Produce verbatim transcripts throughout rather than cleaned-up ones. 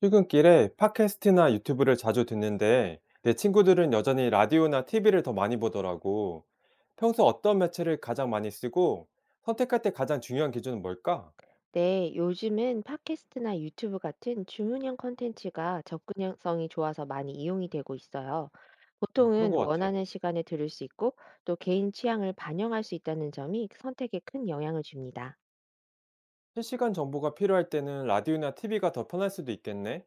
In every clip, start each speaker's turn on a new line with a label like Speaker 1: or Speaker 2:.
Speaker 1: 출근길에 팟캐스트나 유튜브를 자주 듣는데 내 친구들은 여전히 라디오나 티비를 더 많이 보더라고. 평소 어떤 매체를 가장 많이 쓰고 선택할 때 가장 중요한 기준은 뭘까?
Speaker 2: 네, 요즘은 팟캐스트나 유튜브 같은 주문형 콘텐츠가 접근성이 좋아서 많이 이용이 되고 있어요.
Speaker 1: 어, 그런
Speaker 2: 보통은
Speaker 1: 것 같아.
Speaker 2: 원하는 시간에 들을 수 있고 또 개인 취향을 반영할 수 있다는 점이 선택에 큰 영향을 줍니다.
Speaker 1: 실시간 정보가 필요할 때는 라디오나 티비가 더 편할 수도 있겠네.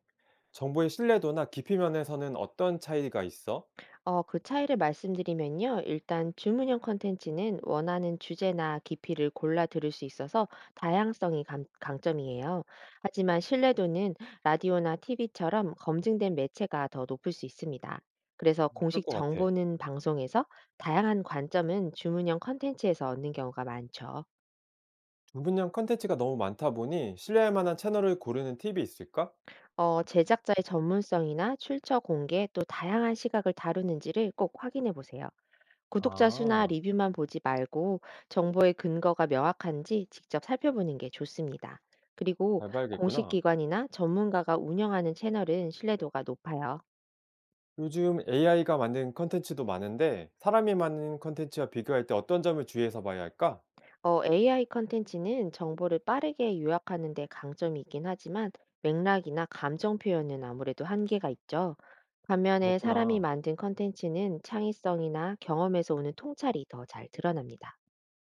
Speaker 1: 정보의 신뢰도나 깊이 면에서는 어떤 차이가 있어?
Speaker 2: 어, 그 차이를 말씀드리면요. 일단 주문형 컨텐츠는 원하는 주제나 깊이를 골라 들을 수 있어서 다양성이 감- 강점이에요. 하지만 신뢰도는 라디오나 티비처럼 검증된 매체가 더 높을 수 있습니다. 그래서
Speaker 1: 음, 그럴
Speaker 2: 공식
Speaker 1: 것 같아.
Speaker 2: 정보는 방송에서, 다양한 관점은 주문형 컨텐츠에서 얻는 경우가 많죠.
Speaker 1: 두 분량 컨텐츠가 너무 많다 보니 신뢰할 만한 채널을 고르는 팁이 있을까?
Speaker 2: 어, 제작자의 전문성이나 출처 공개 또 다양한 시각을 다루는지를 꼭 확인해 보세요. 구독자 수나
Speaker 1: 아,
Speaker 2: 리뷰만 보지 말고 정보의 근거가 명확한지 직접 살펴보는 게 좋습니다. 그리고
Speaker 1: 잘
Speaker 2: 공식
Speaker 1: 봐야겠구나.
Speaker 2: 기관이나 전문가가 운영하는 채널은 신뢰도가 높아요.
Speaker 1: 요즘 에이아이가 만든 컨텐츠도 많은데 사람이 만든 컨텐츠와 비교할 때 어떤 점을 주의해서 봐야 할까?
Speaker 2: 어, 에이아이 컨텐츠는 정보를 빠르게 요약하는 데 강점이 있긴 하지만 맥락이나 감정 표현은 아무래도 한계가 있죠. 반면에 사람이
Speaker 1: 그렇구나.
Speaker 2: 만든 컨텐츠는 창의성이나 경험에서 오는 통찰이 더 잘 드러납니다.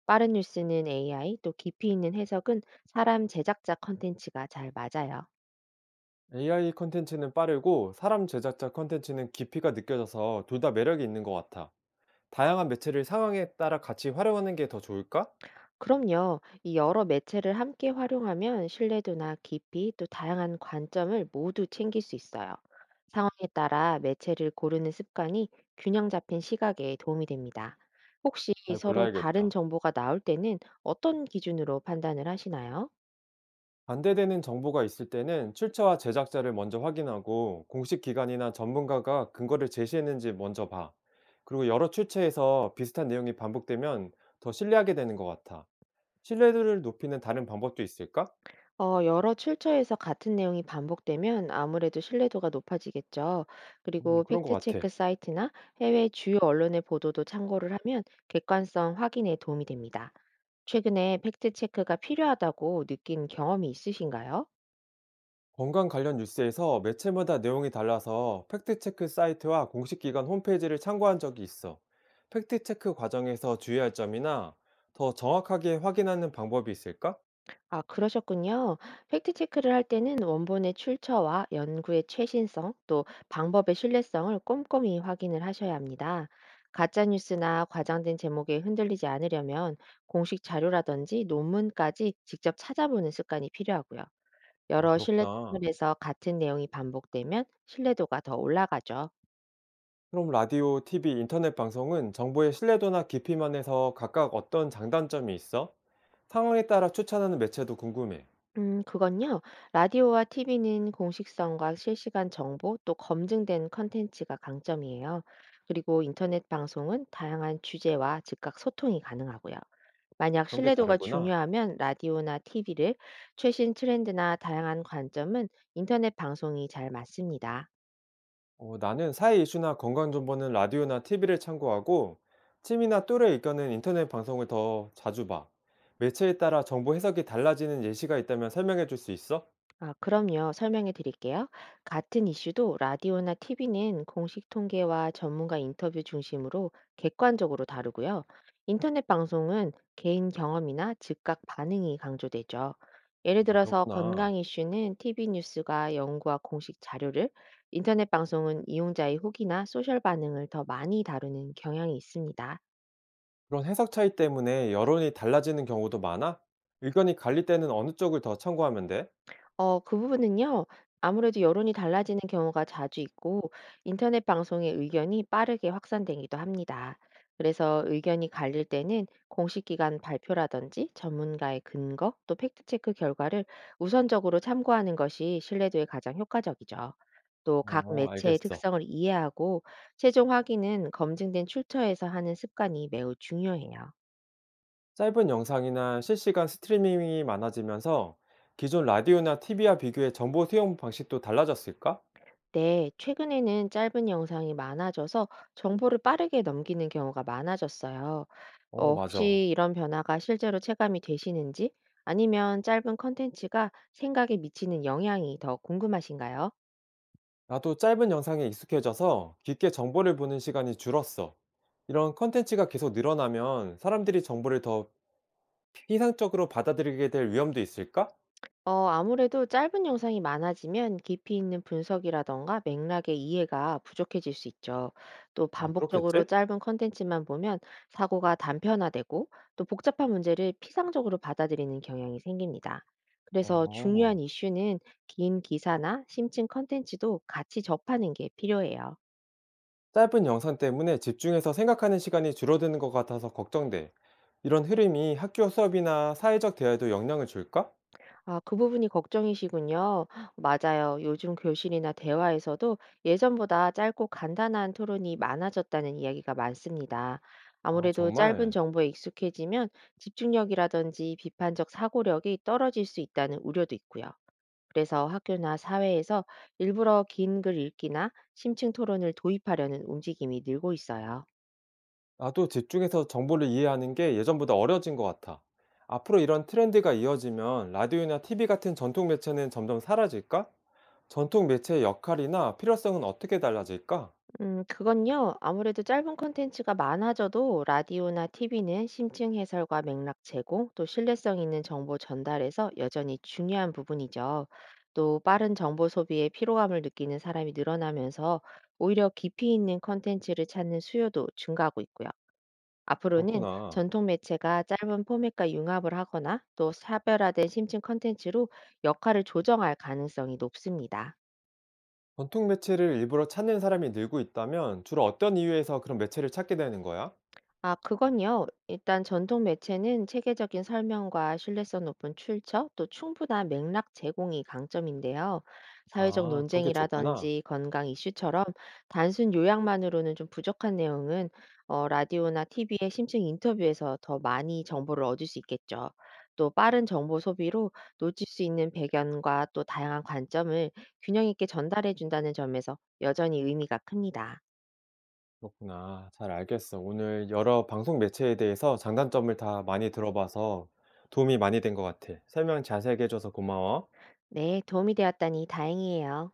Speaker 2: 빠른 뉴스는 에이아이, 또 깊이 있는 해석은 사람 제작자 컨텐츠가 잘 맞아요.
Speaker 1: 에이아이 컨텐츠는 빠르고 사람 제작자 컨텐츠는 깊이가 느껴져서 둘 다 매력이 있는 것 같아. 다양한 매체를 상황에 따라 같이 활용하는 게 더 좋을까?
Speaker 2: 그럼요. 이 여러 매체를 함께 활용하면 신뢰도나 깊이 또 다양한 관점을 모두 챙길 수 있어요. 상황에 따라 매체를 고르는 습관이 균형 잡힌 시각에 도움이 됩니다. 혹시
Speaker 1: 잘
Speaker 2: 서로 다른
Speaker 1: 골라야겠다.
Speaker 2: 정보가 나올 때는 어떤 기준으로 판단을 하시나요?
Speaker 1: 반대되는 정보가 있을 때는 출처와 제작자를 먼저 확인하고 공식 기관이나 전문가가 근거를 제시했는지 먼저 봐. 그리고 여러 출처에서 비슷한 내용이 반복되면 더 신뢰하게 되는 것 같아. 신뢰도를 높이는 다른 방법도 있을까?
Speaker 2: 어, 여러 출처에서 같은 내용이 반복되면 아무래도 신뢰도가 높아지겠죠. 그리고
Speaker 1: 음, 그런 것
Speaker 2: 팩트체크
Speaker 1: 같아.
Speaker 2: 사이트나 해외 주요 언론의 보도도 참고를 하면 객관성 확인에 도움이 됩니다. 최근에 팩트체크가 필요하다고 느낀 경험이 있으신가요?
Speaker 1: 건강 관련 뉴스에서 매체마다 내용이 달라서 팩트체크 사이트와 공식 기관 홈페이지를 참고한 적이 있어. 팩트체크 과정에서 주의할 점이나 더 정확하게 확인하는 방법이 있을까?
Speaker 2: 아, 그러셨군요. 팩트체크를 할 때는 원본의 출처와 연구의 최신성, 또 방법의 신뢰성을 꼼꼼히 확인을 하셔야 합니다. 가짜뉴스나 과장된 제목에 흔들리지 않으려면 공식 자료라든지 논문까지 직접 찾아보는 습관이 필요하고요.
Speaker 1: 아,
Speaker 2: 여러 신뢰
Speaker 1: 그렇구나.
Speaker 2: 채널에서 같은 내용이 반복되면 신뢰도가 더 올라가죠.
Speaker 1: 그럼 라디오, 티비, 인터넷 방송은 정보의 신뢰도나 깊이만 해서 각각 어떤 장단점이 있어? 상황에 따라 추천하는 매체도 궁금해.
Speaker 2: 음, 그건요. 라디오와 티비는 공식성과 실시간 정보 또 검증된 컨텐츠가 강점이에요. 그리고 인터넷 방송은 다양한 주제와 즉각 소통이 가능하고요. 만약
Speaker 1: 그런 게
Speaker 2: 신뢰도가
Speaker 1: 다르구나.
Speaker 2: 중요하면 라디오나 티비를, 최신 트렌드나 다양한 관점은 인터넷 방송이 잘 맞습니다.
Speaker 1: 어, 나는 사회 이슈나 건강 정보는 라디오나 티비를 참고하고 취미나 또래 의견은 인터넷 방송을 더 자주 봐. 매체에 따라 정보 해석이 달라지는 예시가 있다면 설명해 줄 수 있어?
Speaker 2: 아, 그럼요. 설명해 드릴게요. 같은 이슈도 라디오나 티비는 공식 통계와 전문가 인터뷰 중심으로 객관적으로 다루고요. 인터넷 방송은 개인 경험이나 즉각 반응이 강조되죠. 예를
Speaker 1: 아,
Speaker 2: 들어서
Speaker 1: 그렇구나.
Speaker 2: 건강 이슈는 티비 뉴스가 연구와 공식 자료를, 인터넷 방송은 이용자의 후기나 소셜 반응을 더 많이 다루는 경향이 있습니다.
Speaker 1: 그런 해석 차이 때문에 여론이 달라지는 경우도 많아? 의견이 갈릴 때는 어느 쪽을 더 참고하면 돼?
Speaker 2: 어 그 부분은요. 아무래도 여론이 달라지는 경우가 자주 있고 인터넷 방송의 의견이 빠르게 확산되기도 합니다. 그래서 의견이 갈릴 때는 공식 기관 발표라든지 전문가의 근거 또 팩트 체크 결과를 우선적으로 참고하는 것이 신뢰도에 가장 효과적이죠. 또 각
Speaker 1: 어,
Speaker 2: 매체의
Speaker 1: 알겠어.
Speaker 2: 특성을 이해하고 최종 확인은 검증된 출처에서 하는 습관이 매우 중요해요.
Speaker 1: 짧은 영상이나 실시간 스트리밍이 많아지면서 기존 라디오나 티비와 비교해 정보 수용 방식도 달라졌을까?
Speaker 2: 네, 최근에는 짧은 영상이 많아져서 정보를 빠르게 넘기는 경우가 많아졌어요.
Speaker 1: 어,
Speaker 2: 어,
Speaker 1: 맞아.
Speaker 2: 혹시 이런 변화가 실제로 체감이 되시는지 아니면 짧은 컨텐츠가 생각에 미치는 영향이 더 궁금하신가요?
Speaker 1: 나도 짧은 영상에 익숙해져서 깊게 정보를 보는 시간이 줄었어. 이런 컨텐츠가 계속 늘어나면 사람들이 정보를 더 피상적으로 받아들이게 될 위험도 있을까?
Speaker 2: 어, 아무래도 짧은 영상이 많아지면 깊이 있는 분석이라던가 맥락의 이해가 부족해질 수 있죠. 또
Speaker 1: 아,
Speaker 2: 반복적으로
Speaker 1: 그렇겠지?
Speaker 2: 짧은 컨텐츠만 보면 사고가 단편화되고 또 복잡한 문제를 피상적으로 받아들이는 경향이 생깁니다. 그래서 중요한
Speaker 1: 어,
Speaker 2: 이슈는 긴 기사나 심층 컨텐츠도 같이 접하는 게 필요해요.
Speaker 1: 짧은 영상 때문에 집중해서 생각하는 시간이 줄어드는 것 같아서 걱정돼. 이런 흐름이 학교 수업이나 사회적 대화에도 영향을 줄까?
Speaker 2: 아, 그 부분이 걱정이시군요. 맞아요. 요즘 교실이나 대화에서도 예전보다 짧고 간단한 토론이 많아졌다는 이야기가 많습니다.
Speaker 1: 아,
Speaker 2: 아무래도 짧은
Speaker 1: 정말.
Speaker 2: 정보에 익숙해지면 집중력이라든지 비판적 사고력이 떨어질 수 있다는 우려도 있고요. 그래서 학교나 사회에서 일부러 긴 글 읽기나 심층 토론을 도입하려는 움직임이 늘고 있어요.
Speaker 1: 나도 집중해서 정보를 이해하는 게 예전보다 어려워진 것 같아. 앞으로 이런 트렌드가 이어지면 라디오나 티비 같은 전통 매체는 점점 사라질까? 전통 매체의 역할이나 필요성은 어떻게 달라질까?
Speaker 2: 음, 그건요. 아무래도 짧은 콘텐츠가 많아져도 라디오나 티비는 심층 해설과 맥락 제공, 또 신뢰성 있는 정보 전달에서 여전히 중요한 부분이죠. 또 빠른 정보 소비에 피로감을 느끼는 사람이 늘어나면서 오히려 깊이 있는 콘텐츠를 찾는 수요도 증가하고 있고요. 앞으로는
Speaker 1: 그렇구나.
Speaker 2: 전통 매체가 짧은 포맷과 융합을 하거나 또 차별화된 심층 콘텐츠로 역할을 조정할 가능성이 높습니다.
Speaker 1: 전통 매체를 일부러 찾는 사람이 늘고 있다면 주로 어떤 이유에서 그런 매체를 찾게 되는 거야?
Speaker 2: 아, 그건요. 일단 전통 매체는 체계적인 설명과 신뢰성 높은 출처, 또 충분한 맥락 제공이 강점인데요. 사회적
Speaker 1: 아, 그런 게 좋구나.
Speaker 2: 논쟁이라든지 건강 이슈처럼 단순 요약만으로는 좀 부족한 내용은, 어, 라디오나 티비의 심층 인터뷰에서 더 많이 정보를 얻을 수 있겠죠. 또 빠른 정보 소비로 놓칠 수 있는 배경과 또 다양한 관점을 균형 있게 전달해 준다는 점에서 여전히 의미가 큽니다.
Speaker 1: 그렇구나. 잘 알겠어. 오늘 여러 방송 매체에 대해서 장단점을 다 많이 들어봐서 도움이 많이 된 것 같아. 설명 자세하게 해줘서 고마워.
Speaker 2: 네, 도움이 되었다니 다행이에요.